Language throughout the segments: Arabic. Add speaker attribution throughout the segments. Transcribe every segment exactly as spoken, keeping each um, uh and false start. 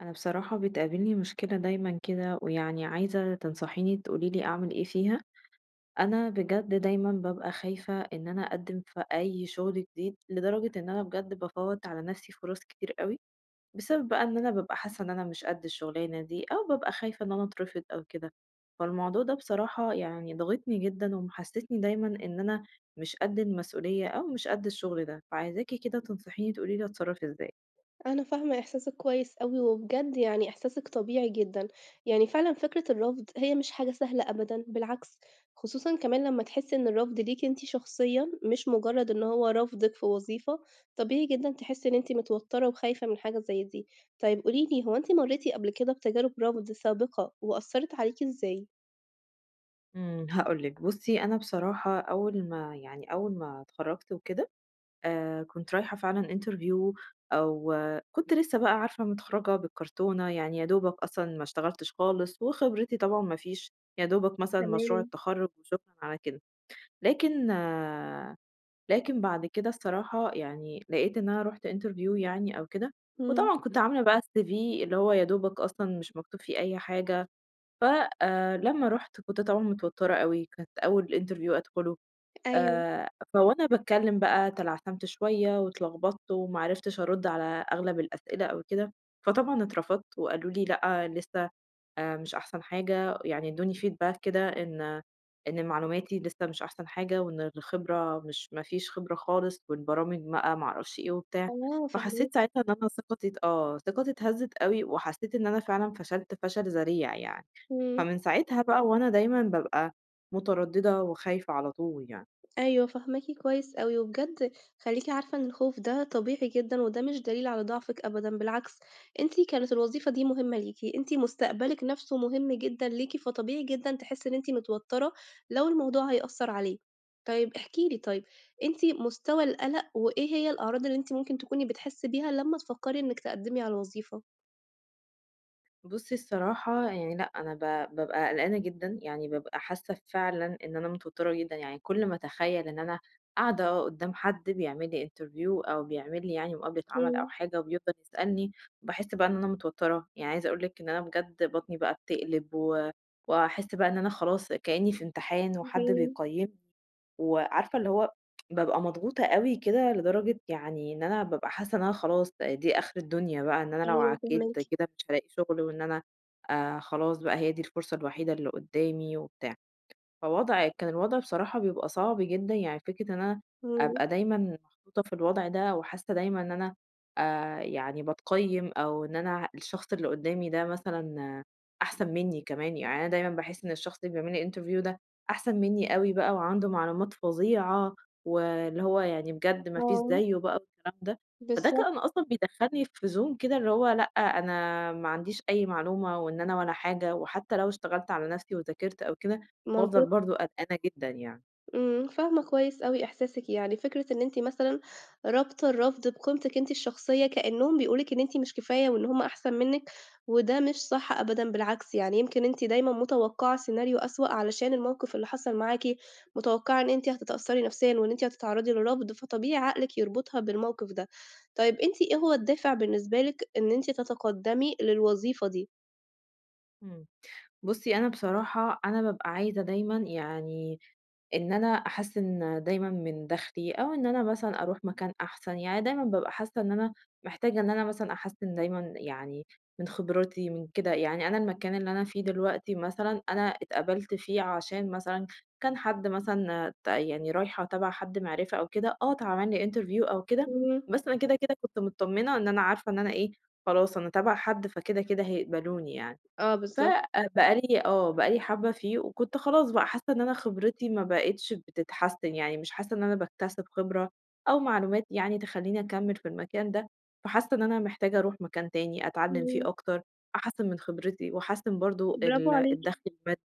Speaker 1: انا بصراحة بتقابلني مشكلة دايما كده ويعني عايزة تنصحيني تقوليلي اعمل ايه فيها. انا بجد دايما ببقى خايفة ان انا اقدم في اي شغل جديد لدرجة ان انا بجد بفوت على نفسي فرص كتير قوي، بسبب بقى ان انا ببقى حاسة ان انا مش قد الشغلانة دي او ببقى خايفة ان انا اترفض او كده. فالموضوع ده بصراحة يعني ضغطني جدا ومحسسني دايما ان انا مش قد المسؤولية او مش قد الشغل ده، فعايزاكي كده تنصحيني تقوليلي اتصرف ازاي.
Speaker 2: أنا فاهمة إحساسِك كويس أوي، وبجد يعني إحساسِك طبيعي جدًا، يعني فعلًا فكرة الرفض هي مش حاجة سهلة أبدًا، بالعكس، خصوصًا كمان لمّا تحسي إن الرفض ليكِ أنتِ شخصيًا، مش مجرد إن هو رفضِك في وظيفة، طبيعي جدًا تحسي إن أنتِ متوترة وخايفة من حاجة زي دي. طيب قولي لي، هو أنتِ مريتِ قبل كده بتجارب رفض سابقة وأثّرت عليكِ إزاي؟
Speaker 1: إمم، هاقول لِك، بُصّي أنا بصراحة أول ما يعني أول ما اتخرّجت وكده، آآ كنت رايحة فعلًا interview، أو آه كنت لسه بقى عارفة متخرّجة بالكرتونة، يعني يا دوبك أصلًا ما اشتغلتش خالص، وخبرتي طبعًا ما فيش، يا دوبك مثلًا مشروع
Speaker 2: تمام،
Speaker 1: التخرُّج وشكرًا على كده. لكن آه لكن بعد كده الصراحة يعني لقيت إن أنا رُحت interview يعني أو كده،
Speaker 2: إمم،
Speaker 1: وطبعًا كنت عاملة بقى الCV اللي هو يا دوبك أصلًا مش مكتوب فيه أي حاجة. ف آآ، لمّا رُحت كنت طبعًا متوترة أوي، كانت أول interview أدخله.
Speaker 2: أيوه،
Speaker 1: آآ، فوأنا باتكلم بقى تلعثمت شوية واتلخبطت وما عرفتش أرد على أغلب الأسئلة أو كده، فطبعًا اترفضت وقالوا لي: "لأ، لسه آآ، مش أحسن حاجة." يعني ادوني feedback كده إن إن معلوماتي لسه مش أحسن حاجة وإن الخبرة مش ما فيش خبرة خالص، والبرامج بقى ما أعرفش إيه وبتاع.
Speaker 2: آه فاهماكِ،
Speaker 1: فحسيت ساعتها إن أنا ثقتي ت آه، ثقتي اتهزت أوي، وحسيت إن أنا فعلًا فشلت فشل ذريع يعني.
Speaker 2: إمم.
Speaker 1: فمن ساعتها بقى وأنا دايمًا بابقى مترددة وخايفة على طول يعني.
Speaker 2: أيوه فاهماكِ كويس أوي، وبجد خلّيكِ عارفة إن الخوف ده طبيعي جدًا، وده مش دليل على ضعفِك أبدًا، بالعكس أنتِ كانت الوظيفة دي مهمة ليكِ، أنتِ مستقبلِك نفسه مهم جدًا ليكِ، فطبيعي جدًا تحسّي إن أنتِ متوترة لو الموضوع هيأثّر عليه. طيب احكي لي طيب، أنتِ مستوى القلق وإيه هي الأعراض اللي أنتِ ممكن تكوني بتحسّي بيها لمّا تفكّري إنِّك تقدّمي على وظيفة؟
Speaker 1: بُصّي الصراحة يعني لأ، أنا ب بابقى قلقانة جدًا، يعني بابقى حاسة فعلًا إن أنا متوترة جدًا، يعني كل ما أتخيل إن أنا قاعدة قدّام حد بيعمل لي interview أو بيعمل لي يعني مقابلة عمل أو
Speaker 2: إمم،
Speaker 1: حاجة وبيفضل يسألني، باحس بقى إن أنا متوترة، يعني عايزة أقول لِك إن أنا بجد بطني بقى بتقلب، و وأحس بقى إن أنا خلاص كأني في امتحان وحد
Speaker 2: اهم،
Speaker 1: بيقيمني، وعارفة اللي هو بابقى مضغوطة أوي كده لدرجة يعني إن أنا بابقى حاسة إن أنا خلاص دي آخر الدنيا بقى، إن أنا لو
Speaker 2: أيوه
Speaker 1: عكيت
Speaker 2: فاهماكِ،
Speaker 1: كده مش هالاقي شغل، وإن أنا آآ خلاص بقى هي دي الفرصة الوحيدة اللي قدامي وبتاع. فوضع كان الوضع بصراحة بيبقى صعب جدًا، يعني فكرة إن أنا
Speaker 2: إمم،
Speaker 1: أبقى دايمًا محطوطة في الوضع ده وحاسة دايمًا إن أنا آآ يعني باتقيّم، أو إن أنا الشخص اللي قدّامي ده مثلًا آه، أحسن منّي كمان. يعني أنا دايمًا باحس إن الشخص اللي بيعمل لي interview ده أحسن منّي أوي بقى وعنده معلومات فظيعة، واللي هو يعني بجد ما فيش
Speaker 2: آه،
Speaker 1: زيّه بقى والكلام ده. فده
Speaker 2: بالضبط،
Speaker 1: كان أصلًا بيدخّلني في zone كده اللي هو لأ، أنا ما عنديش أي معلومة وإن أنا ولا حاجة، وحتى لو اشتغلت على نَفْسي وذاكرت أو كده وافضل
Speaker 2: منطقي.
Speaker 1: برضه قلقانة جدًا يعني.
Speaker 2: إمم، فاهمة كويس أوي إحساسِك، يعني فكرة إن أنتِ مثلًا رابطة الرفض بقيمتِك أنتِ الشخصية، كأنهم بيقولوا لِك إن أنتِ مش كفاية وإن هم أحسن منِّك، وده مش صح أبدًا، بالعكس يعني يمكن أنتِ دايمًا متوقعة سيناريو أسوأ علشان الموقف اللي حصل معاكِ، متوقعة إن أنتِ هتتأثري نفسيًا وإن أنتِ هتتعرضي للرفض، فطبيعي عقلِك يربطها بالموقف ده. طيب أنتِ إيه هو الدافع بالنسبة لِك إن أنتِ تتقدمي للوظيفة دي؟
Speaker 1: إمم. بُصّي أنا بصراحة أنا بابقى عايزة دايمًا يعني إن أنا أحسّن دايمًا من دخلي، أو إن أنا مثلًا أروح مكان أحسن، يعني دايمًا بابقى حاسة إن أنا محتاجة إن أنا مثلًا أحسّن دايمًا يعني من خبرتي من كده. يعني أنا المكان اللي أنا فيه دلوقتي مثلًا أنا اتقبلت فيه عشان مثلًا كان حد مثلًا ت يعني رايحة تبع حد معرفة أو كده، آه اتعمل لي interview أو كده،
Speaker 2: إمم،
Speaker 1: بس أنا كده كده كنت متطمنة إن أنا عارفة إن أنا إيه، خلاص أنا تبع حد فكده كده هيقبلوني يعني.
Speaker 2: آه بالضبط،
Speaker 1: فبقى لي آه، بقى لي حبّة فيه، وكنت خلاص بقى حاسّة إن أنا خبرتي ما بقِتش بتتحسّن، يعني مش حاسّة إن أنا باكتسب خبرة أو معلومات يعني تخلّيني أكمّل في المكان ده، فحاسّة إن أنا محتاجة أروح مكان تاني أتعلّم فيه
Speaker 2: إمم،
Speaker 1: أكتر، أحسّن من خبرتي وأحسّن برضه
Speaker 2: برافو
Speaker 1: ال
Speaker 2: عليكِ.
Speaker 1: الدَخْل المادي.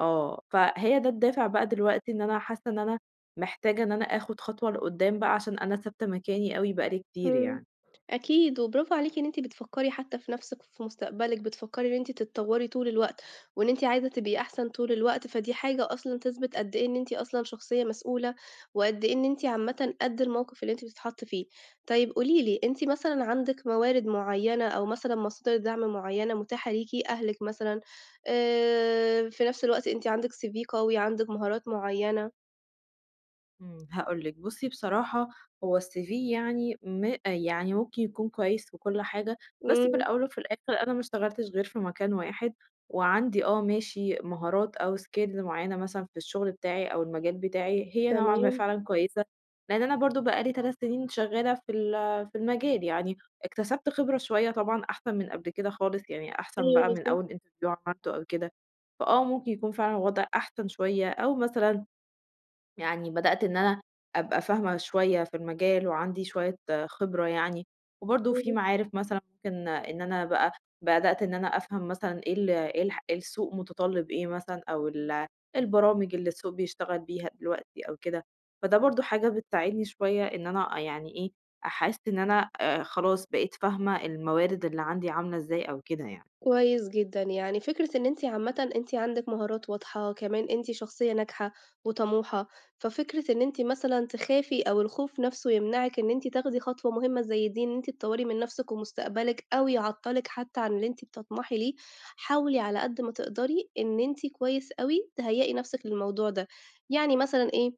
Speaker 1: آه، فهي ده الدافع بقى دلوقتي، إن أنا حاسّة إن أنا محتاجة إن أنا آخُد خطوة لقُدّام بقى عشان أنا ثابتة مكاني أوي بقى لي كتير
Speaker 2: إمم.
Speaker 1: يعني.
Speaker 2: أكيد، وبرافو عليكِ إن أنتِ بتفكّري حتى في نَفْسِك وفي مستقبلِك، بتفكّري إن أنتِ تتطوّري طول الوقت، وإن أنتِ عايزة تبقي أحسن طول الوقت، فدي حاجة أصلًا تثبِت قد إيه إن أنتِ أصلًا شخصية مسؤولة، وقد إيه إن أنتِ عامةً قد الموقِف اللي أنتِ بتتحطّي فيه. طيب قولي لي، أنتِ مثلًا عندِك موارد معيّنة أو مثلًا مصادر دعم معيّنة مُتاحة ليكِ، أهلِك مثلًا، آآ في نَفْس الوقت أنتِ عندِك سي في قوي، عندِك مهارات معيّنة؟
Speaker 1: إمم، هاقول لِك بُصّي بصراحة هو الCV يعني م آه، يعني ممكن يكون كويس وكل حاجة، بس في
Speaker 2: إمم،
Speaker 1: الأول وفي الآخر أنا ما اشتغلتش غير في مكان واحد، وعندي آه ماشي مهارات أو skill معيّنة مثلًا في الشغل بتاعي أو المجال بتاعي هي نوعًا ما
Speaker 2: تمام.
Speaker 1: فعلًا كويسة، لإن أنا برضه بقى لي 3 سنين شغّالة في ال في المجال يعني، اكتسبت خبرة شوية طبعًا أحسن من قبل كده خالص، يعني أحسن
Speaker 2: أيوه
Speaker 1: بقى من
Speaker 2: بالضبط،
Speaker 1: أول interview عملته أو كده. فآه ممكن يكون فعلًا الوضع أحسن شوية، أو مثلًا يعني بدأت إن أنا أبقى فاهمة شوية في المجال وعندي شوية آه، خبرة يعني، وبرضه في
Speaker 2: إمم.
Speaker 1: معارف مثلًا ممكن آه، إن أنا بقى بدأت إن أنا أفهم مثلًا إيه ال إيه الح إيه السوق متطلب إيه مثلًا، أو ال البرامج اللي السوق بيشتغل بيها دلوقتي أو كده، فده برضه حاجة بتساعدني شوية إن أنا آه، يعني إيه، أحس إن أنا آآ خلاص بقيت فاهمة الموارد اللي عندي عاملة إزاي أو كده يعني.
Speaker 2: كويس جدًا، يعني فكرة إن أنتِ عامةً أنتِ عندِك مهارات واضحة، كمان أنتِ شخصية ناجحة وطموحة، ففكرة إن أنتِ مثلًا تخافي أو الخوف نفسه يمنعِك إن أنتِ تاخدي خطوة مهمة زي دي، إن أنتِ تطوري من نفسِك ومستقبلِك أو يعطّلِك حتى عن اللي أنتِ بتطمحي ليه، حاولي على قد ما تقدري إن أنتِ كويس أوي تهيّئي نفسِك للموضوع ده، يعني مثلًا إيه؟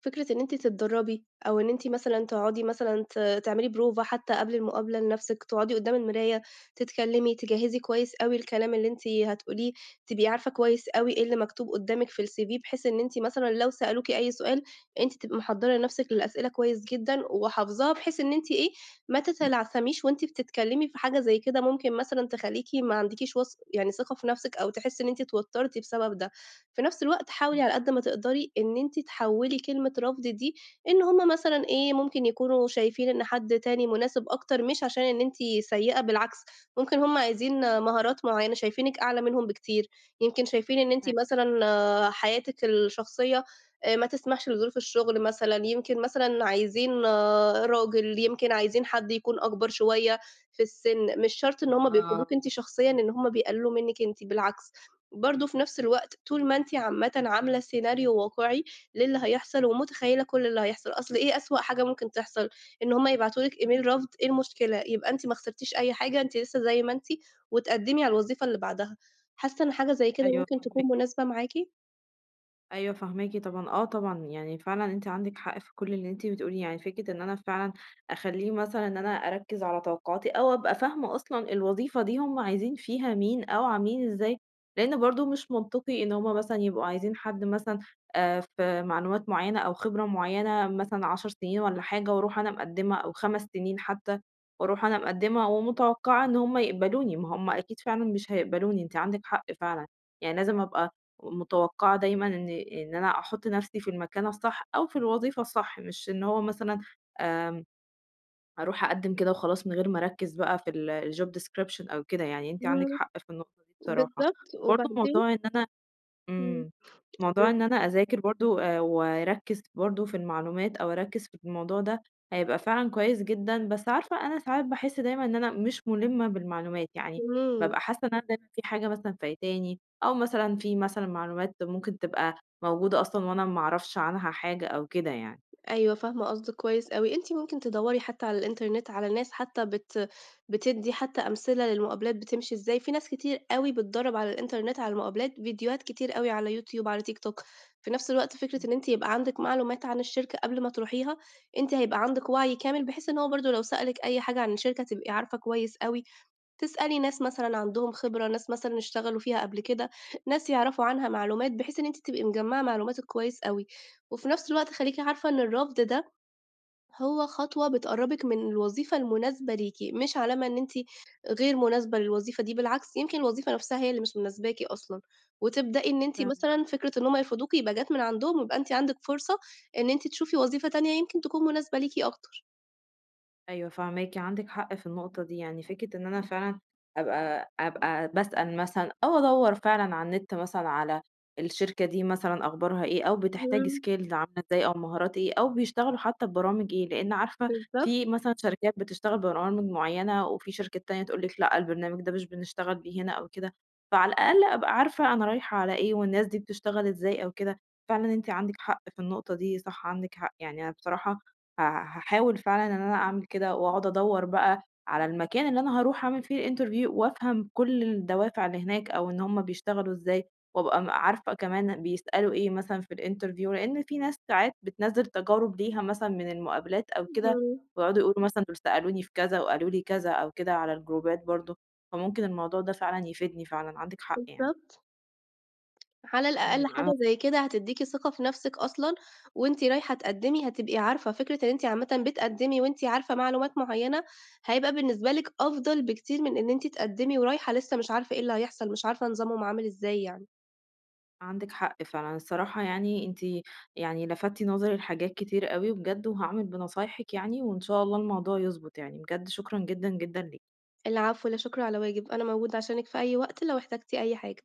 Speaker 2: فكرة إن أنتِ تتدرّبي أو إن أنتِ مثلًا تقعدي مثلًا ت تعملي بروفة حتى قبل المقابلة لنَفْسِك، تقعدي قدّام المراية، تتكلّمي، تجهّزي كويس أوي الكلام اللي أنتِ هتقوليه، تبقي عارفة كويس أوي إيه اللي مكتوب قدّامِك في الCV بحيث إن أنتِ مثلًا لو سألوكِ أي سؤال، أنتِ تبقي محضّرة نَفْسِك للأسئلة كويس جدًا وحافظاها بحيث إن أنتِ إيه، ما تتلعثميش وأنتِ بتتكلّمي في حاجة زي كده ممكن مثلًا تخلّيكِ ما عندكيش وث يعني ثقة في نَفْسِك أو تحسّي إن أنتِ اتوتّرتِ بسبب ده. في نفس الوقت حاولي
Speaker 1: إمم،
Speaker 2: على قد ما تقدري إن أنتِ تحوّلي كلمة رفض دي إن هم مثلًا إيه، ممكن يكونوا شايفين إن حد تاني مناسب أكتر، مش عشان إن أنتِ سيئة بالعكس، ممكن هم عايزين مهارات معيّنة، شايفينِك أعلى منهم بكتير، يمكن شايفين إن أنتِ
Speaker 1: أيوه،
Speaker 2: مثلًا آه، حياتِك الشخصية آآ ما تسمحش لظروف الشغل مثلًا، يمكن مثلًا عايزين آه، راجل، يمكن عايزين حد يكون أكبر شوية في السِن، مش شرط إن هم بيرفضوكِ
Speaker 1: آه.
Speaker 2: أنتِ شخصيًا إن هم بيقللوا منِّك أنتِ، بالعكس. برضه في نفس الوقت طول ما أنتِ عامةً عاملة سيناريو واقعي للي هيحصل ومتخيلة كل اللي هيحصل، أصل إيه أسوأ حاجة ممكن تحصل؟ إن هُم يبعتوا لِك إيميل رفض، إيه المشكلة؟ يبقى أنتِ ما خسرتيش أي حاجة، أنتِ لسه زي ما أنتِ، وتقدّمي على الوظيفة اللي بعدها. حاسة إن حاجة زي كده
Speaker 1: أيوه
Speaker 2: ممكن تكون
Speaker 1: فاهماك.
Speaker 2: مناسبة معاكِ؟
Speaker 1: أيوه فاهماكِ طبعًا، آه طبعًا، يعني فعلًا أنتِ عندِك حق في كل اللي أنتِ بتقوليه. يعني فكرة إن أنا فعلًا أخلّيه مثلًا إن أنا أركّز على توقعاتي، أو أبقى فاهمة أصلًا الوظيفة دي هم عايزين فيها مين أو عاملين إزاي، لإن برضه مش منطقي إن هم مثلًا يبقوا عايزين حد مثلًا آآ في معلومات معيّنة أو خبرة معيّنة مثلًا 10 سنين والّا حاجة وأروح أنا مقدّمة، أو 5 سنين حتى وأروح أنا مقدّمة ومتوقعة إن هم يقبلوني، ما هم أكيد فعلًا مش هيقبلوني. أنتِ عندِك حق فعلًا، يعني لازم أبقى متوقعة دايمًا إن إن أنا أحُط نَفْسي في المكان الصح أو في الوظيفة الصح، مش إن هو مثلًا آمم أروح أقدِّم كده وخلاص من غير ما أركِّز بقى في ال الjob description أو كده يعني. أنتِ عندِك
Speaker 2: إمم،
Speaker 1: حق في النقطة دي بصراحة.
Speaker 2: بالضبط،
Speaker 1: وبرضه
Speaker 2: وبعدين
Speaker 1: موضوع إن أنا
Speaker 2: إمم،
Speaker 1: إمم. موضوع إن أنا أذاكر برضه آآ وأركّز برضه في المعلومات أو أركّز في الموضوع ده، هيبقى فعلًا كويس جدًا، بس عارفة أنا ساعات باحس دايمًا إن أنا مش مُلِمّة بالمعلومات، يعني
Speaker 2: إمم.
Speaker 1: بابقى حاسة إن أنا دايمًا في حاجة مثلًا فايتاني، أو مثلًا في مثلًا معلومات ممكن تبقى موجودة أصلًا وأنا ما أعرفش عنها حاجة أو كده يعني.
Speaker 2: أيوه، فاهمة قصدِك كويس أوي. أنتِ ممكن تدوّري حتى على الإنترنت على ناس حتى بت بتدّي حتى أمثلة للمقابلات بتمشي إزاي، في ناس كتير أوي بتدرّب على الإنترنت على المقابلات، فيديوهات كتير أوي على يوتيوب، على تيك توك. في نفس الوقت فكرة
Speaker 1: إمم،
Speaker 2: إن أنتِ يبقى عندِك معلومات عن الشركة قبل ما تروحيها، أنتِ هيبقى عندِك وعي كامل، بحيث إن هو برضه لو سألِك أي حاجة عن الشركة تبقي عارفة كويس أوي. تسألي ناس مثلًا عندهم خبرة، ناس مثلًا اشتغلوا فيها قبل كده، ناس يعرفوا عنها معلومات، بحيث إن أنتِ تبقي مجمّعة معلوماتِك كويس أوي، وفي نفس الوقت خليكِ عارفة إن الرفض ده هو خطوة بتقرّبِك من الوظيفة المناسبة ليكِ، مش علامة إن أنتِ غير مناسبة للوظيفة دي، بالعكس يمكن الوظيفة نفسها هي اللي مش مناسباكِ أصلًا، وتبدئي إن أنتِ
Speaker 1: فاهماكِ.
Speaker 2: مثلًا فكرة إن هُم يرفضوكِ يبقى جات من عندهم، ويبقى أنتِ عندِك فرصة إن أنتِ تشوفي وظيفة تانية يمكن تكون مناسبة ليكِ أكتر.
Speaker 1: أيوه فاهماكِ، عندِك حق في النقطة دي، يعني فكرة إن أنا فعلًا أبقى أبقى باسأل مثلًا أو أدوّر فعلًا على النت مثلًا على الشركة دي مثلًا أخبارها إيه، أو بتحتاج
Speaker 2: إمم،
Speaker 1: skills عاملة إزاي أو مهارات إيه، أو بيشتغلوا حتى ببرامج إيه، لإن عارفة
Speaker 2: بالضبط،
Speaker 1: في مثلًا شركات بتشتغل ببرامج معيّنة، وفي شركة تانية تقول لِك لأ، البرنامج ده مش بنشتغل بيه هنا أو كده، فعلى الأقل أبقى عارفة أنا رايحة على إيه، والناس دي بتشتغل إزاي أو كده. فعلًا أنتِ عندِك حق في النقطة دي، صح عندِك حق. يعني أنا بصراحة ه هاحاول فعلًا إن أنا أعمل كده وأقعد أدوّر بقى على المكان اللي أنا هاروح أعمل فيه الinterview، وأفهم كل الدوافع اللي هناك أو إن هم بيشتغلوا إزاي، وأبقى م عارفة كمان بيسألوا إيه مثلًا في الinterview، لإن في ناس ساعات بتنزّل تجارب ليها مثلًا من المقابلات أو كده،
Speaker 2: إمم،
Speaker 1: ويقعدوا يقولوا مثلًا دول سألوني في كذا وقالوا لي كذا أو كده على الجروبات برضه، فممكن الموضوع ده فعلًا يفيدني فعلًا، عندِك حق يعني.
Speaker 2: بالضبط. على الأقل
Speaker 1: إمم.
Speaker 2: حاجة
Speaker 1: أنا
Speaker 2: زي كده هتدّيكِ ثقة في نَفْسِك أصلًا، وأنتِ رايحة تقدّمي هتبقي عارفة، فكرة إن أنتِ عامةً بتقدّمي وأنتِ عارفة معلومات معيّنة، هيبقى بالنسبة لِك أفضل بكتير من إن أنتِ تقدّمي ورايحة لسه مش عارفة إيه اللي هيحصل، مش عارفة نظامهم عامل إزاي يعني.
Speaker 1: عندِك حق فعلًا، الصراحة يعني أنتِ يعني لفتِ نظري لحاجات كتير أوي بجد، وهاعمل بنصايحِك يعني، وإن شاء الله الموضوع يضبط يعني، بجد شكرًا جدًا، جدًا ليك.
Speaker 2: العفو، لا شكر على واجب، أنا موجودة عشانِك في أي وقت لو احتجتِ أي حاجة.